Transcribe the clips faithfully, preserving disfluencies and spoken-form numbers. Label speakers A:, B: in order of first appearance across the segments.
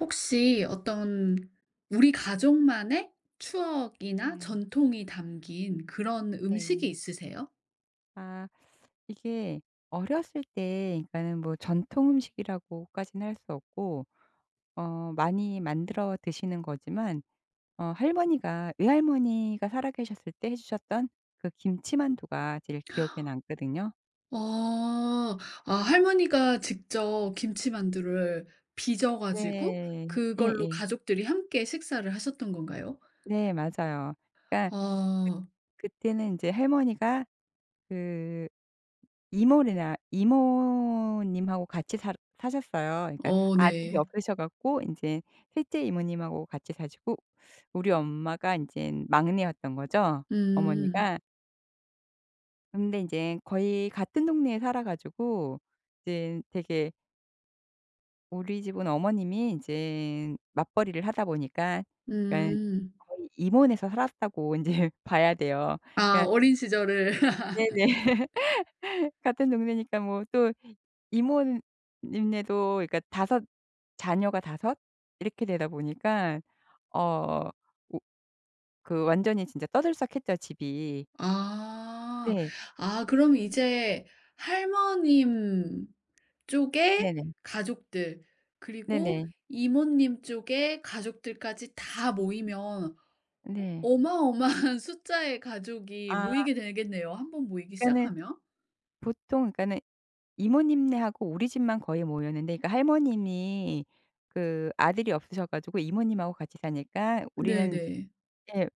A: 혹시 어떤 우리 가족만의 추억이나
B: 네.
A: 전통이 담긴 그런
B: 네.
A: 음식이 있으세요?
B: 아 이게 어렸을 때 그러니까는 뭐 전통 음식이라고까지는 할 수 없고 어 많이 만들어 드시는 거지만 어 할머니가 외할머니가 살아 계셨을 때 해 주셨던 그 김치만두가 제일 기억에 남거든요.
A: 어. 아 할머니가 직접 김치만두를 빚어 가지고
B: 네.
A: 그걸로
B: 예예.
A: 가족들이 함께 식사를 하셨던 건가요?
B: 네, 맞아요. 그러니까 그
A: 아.
B: 그때는 인제 할머니가 그 이모네나 이모님하고 같이 살 사셨어요. 그러니까
A: 어
B: 아들이
A: 네.
B: 없으셔 갖고 인제 셋째 이모님하고 같이 사시고 우리 엄마가 인젠 막내였던 거죠,
A: 음.
B: 어머니가. 근데 인제 거의 같은 동네에 살아 가지고 이젠 되게 우리 집은 어머님이 인젠 맞벌이를 하다 보니까 그러니깐
A: 음.
B: 거의 이모네에서 살았다고 인제 봐야 돼요.
A: 아
B: 그러니까
A: 어린 시절을.
B: 네네. 같은 동네니까 뭐 또 이모님네도 그러니까 다섯 자녀가 다섯, 이렇게 되다 보니까 어 오 그 완전히 진짜 떠들썩했죠 집이.
A: 아.
B: 네.
A: 아 그럼 이제 할머님 쪽의
B: 네네.
A: 가족들 그리고
B: 네네.
A: 이모님 쪽의 가족들까지 다 모이면
B: 네.
A: 어마어마한 숫자의 가족이
B: 아.
A: 모이게 되겠네요, 한번 모이기
B: 그러니까는
A: 시작하면.
B: 보통 그러니까는 이모님네하고 우리 집만 거의 모였는데, 그러니까 할머님이 그 아들이 없으셔 가지고 이모님하고 같이 사니까 우리는
A: 네네.
B: 인제 예,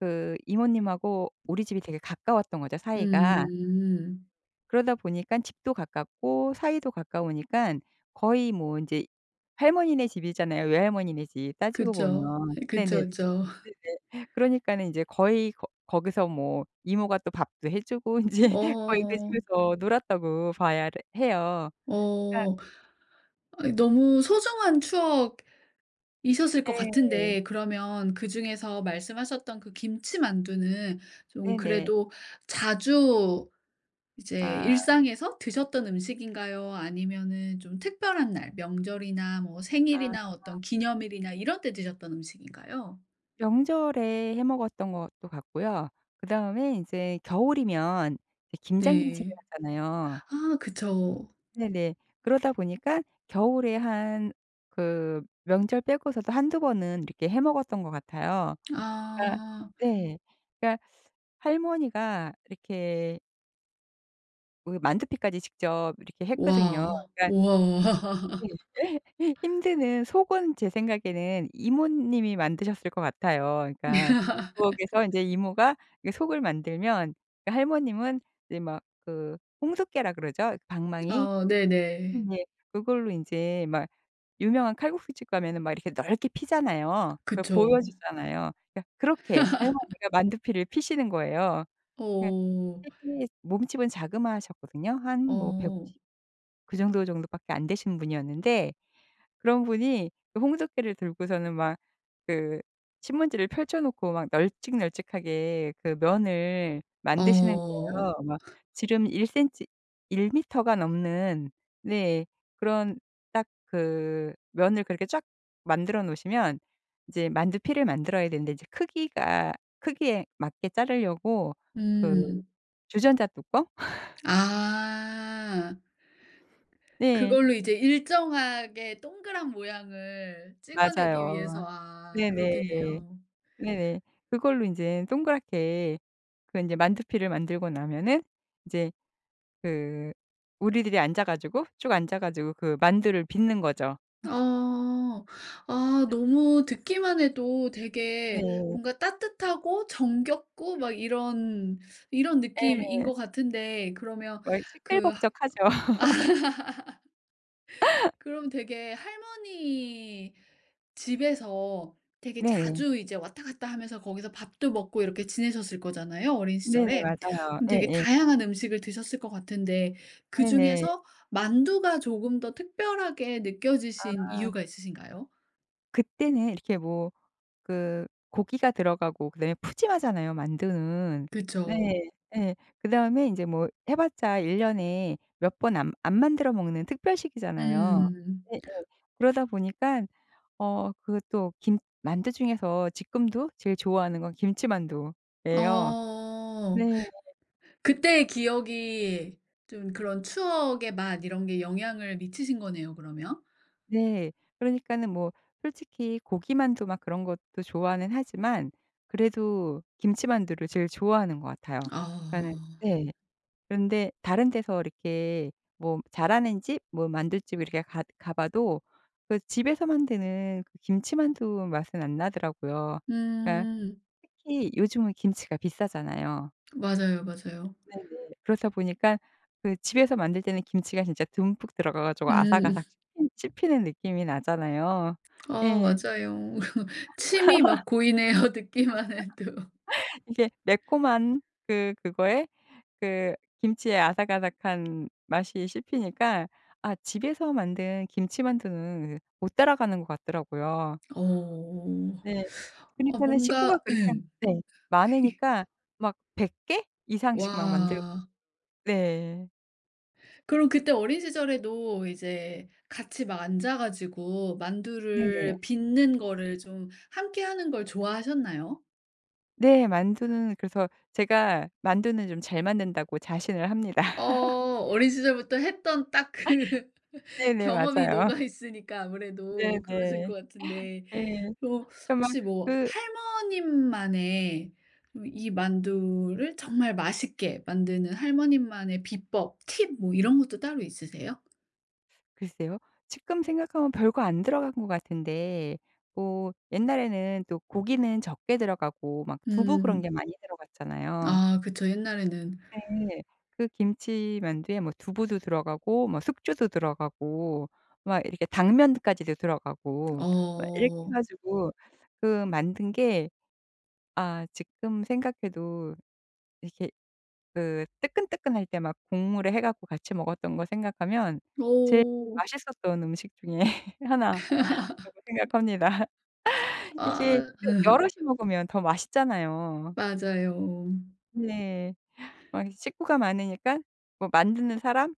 B: 그 이모님하고 우리 집이 되게 가까웠던 거죠, 사이가.
A: 음.
B: 그러다 보니까 집도 가깝고 사이도 가까우니깐 거의 뭐 인제 할머니네 집이잖아요, 외할머니네 집 따지고
A: 그쵸.
B: 보면.
A: 그쵸,
B: 네네.
A: 그쵸.
B: 그러니까는 이제 거의 거 거기서 뭐 이모가 또 밥도 해 주고 인제 거의 그
A: 어.
B: 집에서 놀았다고 봐야 를 해요. 그러니까
A: 어. 아 너무 소중한 추억이셨을 것
B: 네.
A: 같은데 그러면 그중에서 말씀하셨던 그 김치 만두는 좀
B: 네네.
A: 그래도 자주 이제
B: 아
A: 일상에서 드셨던 음식인가요? 아니면은 좀 특별한 날, 명절이나 뭐
B: 아
A: 생일이나 어떤 기념일이나 이런 때 드셨던 음식인가요?
B: 명절에 해 먹었던 것도 같고요. 그다음에 인제 겨울이면 이제 김장김치를
A: 네.
B: 하잖아요.
A: 아 그쵸.
B: 네네. 그러다 보니까 겨울에 한 그 명절 빼고서도 한두 번은 이렇게 해 먹었던 것 같아요. 그러니까
A: 아.
B: 네. 그러니까 할머니가 이렇게 그 만두피까지 직접 이렇게 했거든요.
A: 와.
B: 그러니까 네.
A: 우와.
B: 힘드는 속은 제 생각에는 이모님이 만드셨을 것 같아요. 그러니까 부엌에서 인제 이모가 그 속을 만들면 그 할머님은 이제 막 그 홍두깨라 그러죠? 그 방망이?
A: 아 네네.
B: 네. 그걸로 인제 막, 유명한 칼국수집 가면은 막 이렇게 넓게 피잖아요. 그걸
A: 그쵸.
B: 보여주잖아요. 그러니까 그렇게 할머니가 만두피를 피시는 거예요. 그러니까
A: 어.
B: 되게 몸집은 자그마하셨거든요. 한 뭐
A: 어.
B: 백오십, 그 정도 정도밖에 안 되신 분이었는데 그런 분이 그 홍두깨를 들고서는 막 그 신문지를 펼쳐 놓고 막 널찍널찍하게 그 면을 만드시는
A: 어.
B: 거예요. 막 지름 일 센티미터, 일 미터가 넘는, 네, 그런 딱 그 면을 그렇게 쫙 만들어 놓으시면 이제 만두피를 만들어야 되는데 이제 크기가 크기에 맞게 자르려고 그
A: 음.
B: 주전자 뚜껑?
A: 아.
B: 네,
A: 그걸로 이제 일정하게 동그란 모양을 찍어내기
B: 맞아요.
A: 위해서 아
B: 네네.
A: 그렇겠네요.
B: 네네. 그걸로 인제 동그랗게 그 인제 만두피를 만들고 나면은 이제 그 우리들이 앉아 가지고, 쭉 앉아 가지고 그 만두를 빚는 거죠.
A: 아. 아 너무 듣기만 해도
B: 네.
A: 되게 뭔가 따뜻하고 정겹고 막 이런 이런 느낌인
B: 예.
A: 것 같은데 그러면
B: 막
A: 그
B: 시끌벅적하죠.
A: 그럼 되게 할머니 집에서 되게
B: 네네.
A: 자주 이제 왔다 갔다 하면서 거기서 밥도 먹고 이렇게 지내셨을 거잖아요, 어린
B: 네네.
A: 시절에.
B: 맞아요.
A: 그럼 되게
B: 예예.
A: 다양한 음식을 드셨을 것 같은데
B: 네네.
A: 그중에서 만두가 조금 더 특별하게 느껴지신 이유가 있으신가요?
B: 그때는 이렇게 뭐 그 고기가 들어가고 그다음에 푸짐하잖아요, 만두는.
A: 그쵸.
B: 네. 예. 그다음에 인제 뭐 해 봤자 1 년에 몇 번 안 안 만들어 먹는 특별식이잖아요.
A: 음.
B: 예예. 그러다 보니까 어 그 또 김 만두 중에서 지금도 제일 좋아하는 건 김치만두예요.
A: 어.
B: 네.
A: 그때의 기억이 좀 그런 추억의 맛 이런 게 영향을 미치신 거네요, 그러면.
B: 네. 그러니까는 뭐 솔직히 고기만두 막 그런 것도 좋아는 하지만 그래도 김치만두를 제일 좋아하는 것 같아요. 그러니까는
A: 아.
B: 네. 그런데 다른 데서 이렇게 뭐 잘하는 집 뭐 만둣집 이렇게 가 가 봐도 그 집에서 만드는 그 김치만두 맛은 안 나더라고요. 그러니까
A: 음.
B: 특히 요즘은 김치가 비싸잖아요.
A: 맞아요, 맞아요.
B: 네네. 그렇다 보니까 그 집에서 만들 때는 김치가 진짜 듬뿍 들어가 가지고
A: 음.
B: 아삭아삭 씹히 씹히는 느낌이 나잖아요.
A: 아
B: 예.
A: 맞아요. 침이 막 고이네요, 듣기만 해도.
B: 이게 매콤한 그 그거에 그 김치의 아삭아삭한 맛이 씹히니까 아 집에서 만든 김치만두는 못 따라가는 것 같더라고요.
A: 어.
B: 네.
A: 아
B: 그니까는 식구가
A: 뭔가
B: 그렇게 한,
A: 응.
B: 네, 많으니까 막 백 개 이상씩 막 만들고.
A: 와.
B: 네.
A: 그럼 그때 어린 시절에도 이제 같이 막 앉아 가지고
B: 네네.
A: 만두를 빚는 거를 좀 함께 하는 걸 좋아하셨나요?
B: 네. 만두는 그래서 제가 만두는 좀 잘 만든다고 자신을 합니다.
A: 어 어린 시절부터 했던 딱 그
B: 네네.
A: 경험이
B: 맞아요.
A: 녹아 있으니까 아무래도 그러실
B: 네네.
A: 것 같은데
B: 예.
A: 어
B: 그러니까 막
A: 혹시 뭐
B: 그
A: 할머님만의 이 만두를 정말 맛있게 만드는 할머님만의 비법, 팁 뭐 이런 것도 따로 있으세요?
B: 글쎄요. 지금 생각하면 별거 안 들어간 것 같은데 뭐 옛날에는 또 고기는 적게 들어가고 막 두부 그런
A: 음.
B: 게 많이 들어갔잖아요.
A: 아 그쵸. 옛날에는
B: 네. 그 김치 만두에 뭐 두부도 들어가고 뭐 숙주도 들어가고 막 이렇게 당면까지도 들어가고 막 이렇게 해
A: 어.
B: 가지고 그 만든 게, 아 지금 생각해도 이렇게 그 뜨끈뜨끈할 때 막 국물에 해 갖고 같이 먹었던 거 생각하면 제일
A: 오..
B: 맛있었던 음식 중에 하나라고 생각합니다. 이게
A: 아
B: 또 여럿이 먹으면 더 맛있잖아요.
A: 맞아요.
B: 네. 막 식구가 많으니까 뭐 만드는 사람이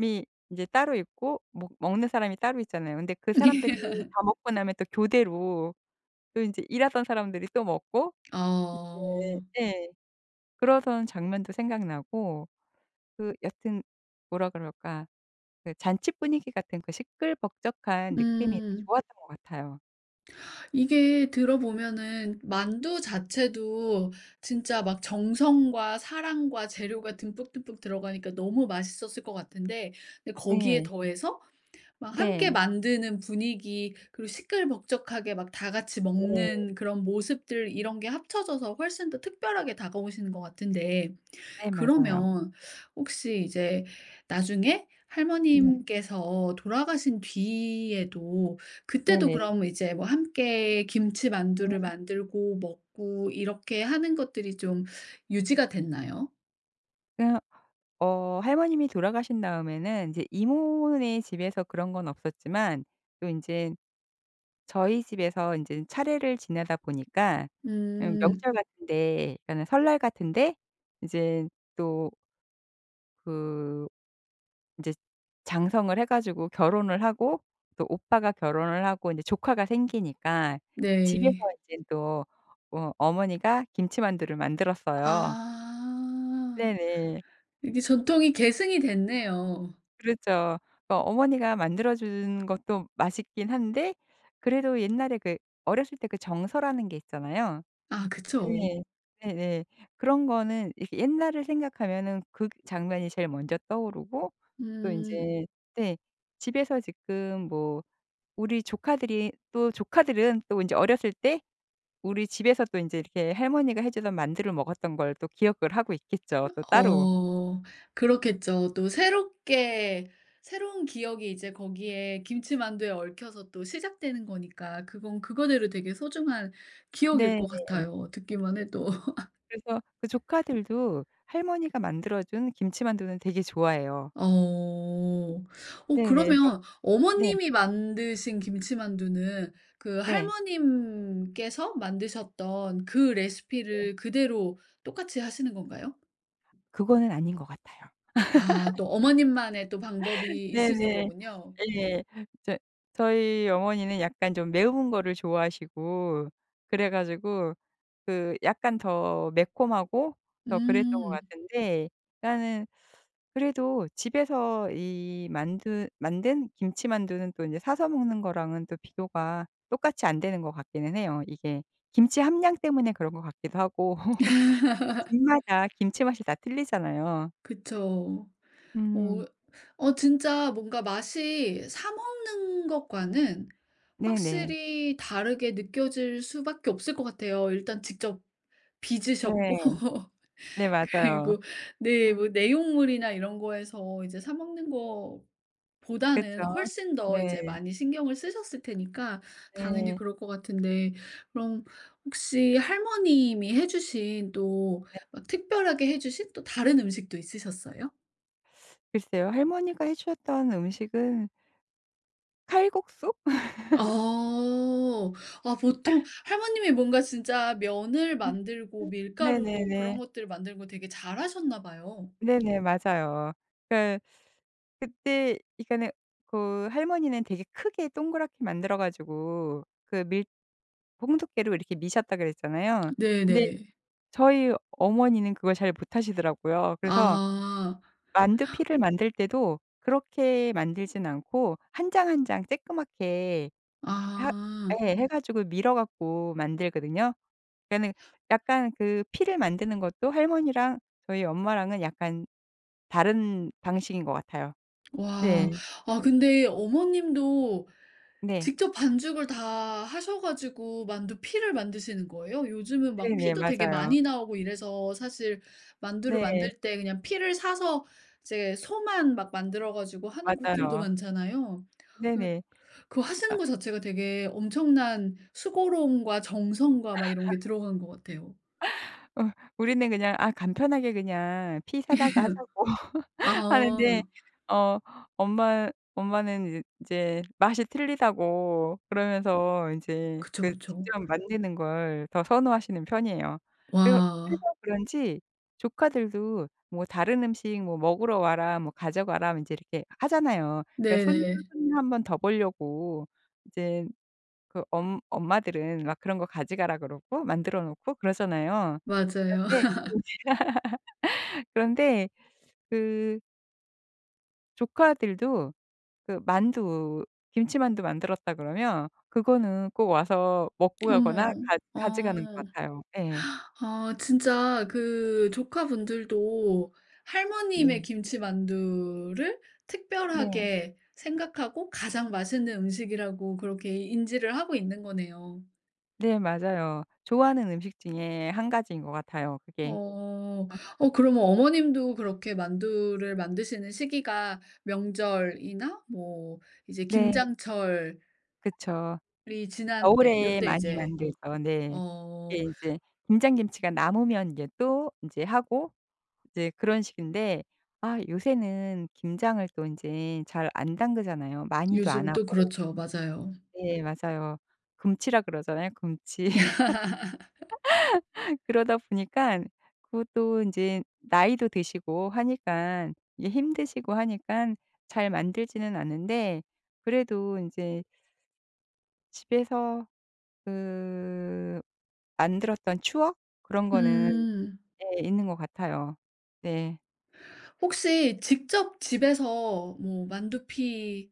B: 이제 따로 있고 먹 먹는 사람이 따로 있잖아요. 근데 그 사람들이 다 먹고 나면 또 교대로 또 이제 일하던 사람들이 또 먹고. 네,
A: 어.
B: 예. 그러던 장면도 생각나고, 그 여튼 뭐라 그럴까, 그 잔치 분위기 같은 그 시끌벅적한 느낌이 더
A: 음.
B: 좋았던 것 같아요.
A: 이게 들어보면은 만두 자체도 진짜 막 정성과 사랑과 재료가 듬뿍듬뿍 들어가니까 너무 맛있었을 것 같은데 근데 거기에
B: 네.
A: 더해서 막 함께
B: 네.
A: 만드는 분위기 그리고 시끌벅적하게 막 다 같이
B: 네.
A: 먹는 그런 모습들 이런 게 합쳐져서 훨씬 더 특별하게 다가오시는 것 같은데
B: 네, 맞아요.
A: 그러면 혹시 이제 나중에
B: 네.
A: 할머님께서 돌아가신 뒤에도 그때도
B: 네네.
A: 그럼 이제 뭐 함께 김치만두를 만들고 먹고 이렇게 하는 것들이 좀 유지가 됐나요?
B: 그냥, 어 할머님이 돌아가신 다음에는 이제 이모네 집에서 그런 건 없었지만 또 인제 저희 집에서 인제 차례를 지내다 보니까 음
A: 음.
B: 명절 같은 데, 그러니까는 설날 같은 데 이제 또그 인제 장성을 해 가지고 결혼을 하고 또 오빠가 결혼을 하고 인제 조카가 생기니까 집에서
A: 네.
B: 인제 또 어 어머니가 김치만두를 만들었어요.
A: 아.
B: 네네.
A: 이게 전통이 계승이 됐네요.
B: 그렇죠. 어 어머니가 만들어 준 것도 맛있긴 한데 그래도 옛날에 그 어렸을 때 그 정서라는 게 있잖아요.
A: 아 그쵸.
B: 네. 네네. 그런 거는 이렇게 옛날을 생각하면은 그 장면이 제일 먼저 떠오르고 또
A: 음.
B: 인제 네 집에서 지금 뭐 우리 조카들이 또 조카들은 또 인제 어렸을 때 우리 집에서 또 인제 이렇게 할머니가 해 주던 만두를 먹었던 걸 또 기억을 하고 있겠죠, 또 따로.
A: 어 그렇겠죠. 또 새롭게 새로운 기억이 이제 거기에 김치만두에 얽혀서 또 시작되는 거니까 그건 그거대로 되게 소중한 기억일
B: 네.
A: 것 같아요 듣기만 해도.
B: 그래서 그 조카들도 할머니가 만들어 준 김치만두는 되게 좋아해요.
A: 어. 어
B: 네네. 그래서
A: 그러면
B: 네.
A: 어머님이 만드신 김치만두는 그
B: 네.
A: 할머님께서 만드셨던 그 레시피를 그대로 똑같이 하시는 건가요?
B: 그거는 아닌 것 같아요.
A: 아 또 어머님만의 또 방법이 있으신
B: 네네.
A: 거군요.
B: 예. 저 저희 어머니는 약간 좀 매운 거를 좋아하시고, 그래 가지고 그 약간 더 매콤하고 더 그랬던 것
A: 음.
B: 같은데, 나는 그래도 집에서 이 만두 만든 김치만두는 또 인제 사서 먹는 거랑은 또 비교가 똑같이 안 되는 것 같기는 해요. 이게 김치 함량 때문에 그런 것 같기도 하고 집마다 김치 맛이 다 틀리잖아요.
A: 그쵸. 어
B: 음.
A: 어 진짜 뭔가 맛이 사 먹는 것과는
B: 네네.
A: 확실히 다르게 느껴질 수밖에 없을 것 같아요. 일단 직접
B: 네.
A: 빚으셨고
B: 네, 맞아요.
A: 그리고 네 뭐 내용물이나 이런 거에서 이제 사 먹는
B: 그쵸.
A: 거보다는 훨씬 더
B: 네.
A: 이제 많이 신경을 쓰셨을 테니까 당연히
B: 네.
A: 그럴 것 같은데 그럼 혹시 할머님이 해 주신 또
B: 네.
A: 막 특별하게 해 주신 또 다른 음식도 있으셨어요?
B: 글쎄요. 할머니가 해 주셨던 음식은 칼국수?
A: 어. 아 보통 할머님이 뭔가 진짜 면을
B: 네.
A: 만들고
B: 음.
A: 밀가루로 그런
B: 네네네.
A: 것들을 만들고 되게 잘하셨나 봐요.
B: 네네. 맞아요. 그러니까 그때 그러니까는 그 할머니는 되게 크게 동그랗게 만들어 가지고 그 밀 홍두깨로 이렇게 미셨다 그랬잖아요. 근데
A: 네네.
B: 저희 어머니는 그걸 잘 못하시더라고요. 그래서
A: 아.
B: 만두피를 만들 때도 그렇게 만들진 않고 한 장 한 장 쬐끄맣게 하
A: 아.
B: 예. 해 가지고 밀어 갖고 만들거든요. 그러니까는 약간 그 피를 만드는 것도 할머니랑 저희 엄마랑은 약간 다른 방식인 것 같아요.
A: 와.
B: 네.
A: 아 근데 어머님도
B: 네.
A: 직접 반죽을 다 하셔 가지고 만두피를 만드시는 거예요? 요즘은 막
B: 네네. 음.
A: 피도 되게
B: 맞아요.
A: 많이 나오고 이래서 사실 만두를
B: 네.
A: 만들 때 그냥 피를 사서 이제 소만 막 만들어 가지고 하는 곳들도
B: 맞아요.
A: 많잖아요. 그
B: 네네.
A: 그 하시는 거 자체가 되게 엄청난 수고로움과 정성과 막 이런 게 들어간 것 같아요.
B: 어 우리는 그냥 '아, 간편하게 그냥 피 사다가 하자.' 하는데
A: 아.
B: 어 엄마 엄마는 이제 이제 맛이 틀리다고 그러면서 인제
A: 그쵸,
B: 그
A: 그쵸.
B: 직접 만드는 걸 더 선호하시는 편이에요. 그래 그래서
A: 와.
B: 그런지 조카들도 뭐 "다른 음식 뭐 먹으러 와라. 뭐 가져가라." 인제 이렇게 하잖아요. 그러니까 손주
A: 네네.
B: 손녀 한 번 더 보려고 이제 그 엄 엄마들은 막 그런 거 "가져가라." 그러고 만들어 놓고 그러잖아요.
A: 맞아요.
B: 그런데 그런데 그 조카들도 그 만두 김치만두 만들었다 그러면 그거는 꼭 와서 먹고 가거나
A: 어머.
B: 가 가져가는 것
A: 어.
B: 같아요. 예.
A: 아 진짜 그 조카분들도 할머님의
B: 네.
A: 김치만두를
B: 네.
A: 특별하게 생각하고 가장 맛있는 음식이라고 그렇게 인지를 하고 있는 거네요.
B: 네, 맞아요. 좋아하는 음식 중에 한 가지인 것 같아요, 그게.
A: 어. 어 그러면 어머님도 그렇게 만두를 만드시는 시기가 명절이나 뭐 이제
B: 네,
A: 김장철이
B: 그쵸.
A: 지난 때
B: 겨울에
A: 요때
B: 많이
A: 이제
B: 만들죠. 네. 이게
A: 어
B: 인제 김장김치가 남으면 인제 또 인제 하고, 이제 그런 식인데, 아 요새는 김장을 또 인제 잘 안 담그잖아요. 많이도 안
A: 요즘 또
B: 하고.
A: 그렇죠. 맞아요.
B: 네, 맞아요. 금치라 그러잖아요, 금치. 그러다 보니까 그것도 이제 나이도 드시고 하니까, 이게 힘드시고 하니까 잘 만들지는 않는데, 그래도 인제 집에서 그 만들었던 추억, 그런 거는
A: 음.
B: 예, 있는 것 같아요. 네.
A: 혹시 직접 집에서 뭐 만두피부터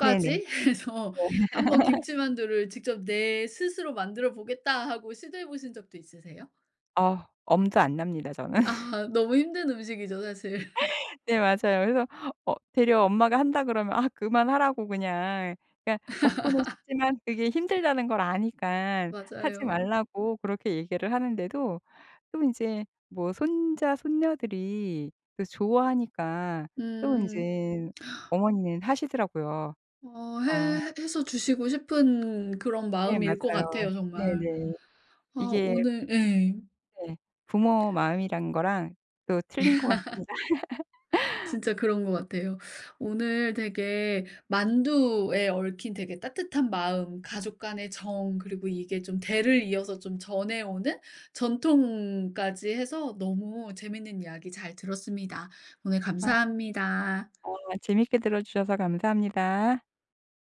B: 네네.
A: 해서 한번 김치만두를 직접 '내 스스로 만들어 보겠다.' 하고 시도해 보신 적도 있으세요?
B: 아 엄도 안 납니다 저는.
A: 아 너무 힘든 음식이죠 사실.
B: 네, 맞아요. 그래서 어 되려 엄마가 한다 그러면 아 그만하라고. 그냥, 그러니까 먹고는 싶지만 그게 힘들다는 걸 아니 까 하지
A: 맞아요.
B: 말라고 그렇게 얘기를 하는데도 또 인제 뭐 손자 손녀들이 또 좋아하니까 또
A: 음.
B: 인제 어머니는 하시더라고요.
A: 어
B: 아.
A: 해 해서 주시고 싶은 그런
B: 네,
A: 마음일 것
B: 맞아요.
A: 같아요 정말.
B: 네네.
A: 아
B: 이게
A: 오늘 예.
B: 네, 부모 마음이란 거랑 또 틀린 것 같습니다.
A: 진짜 그런 것 같아요. 오늘 되게 만두에 얽힌 되게 따뜻한 마음, 가족 간의 정 그리고 이게 좀 대를 이어서 좀 전해오는 전통까지 해서 너무 재밌는 이야기 잘 들었습니다. 오늘
B: 아
A: 감사합니다.
B: 아 재밌게 들어 주셔서 감사합니다.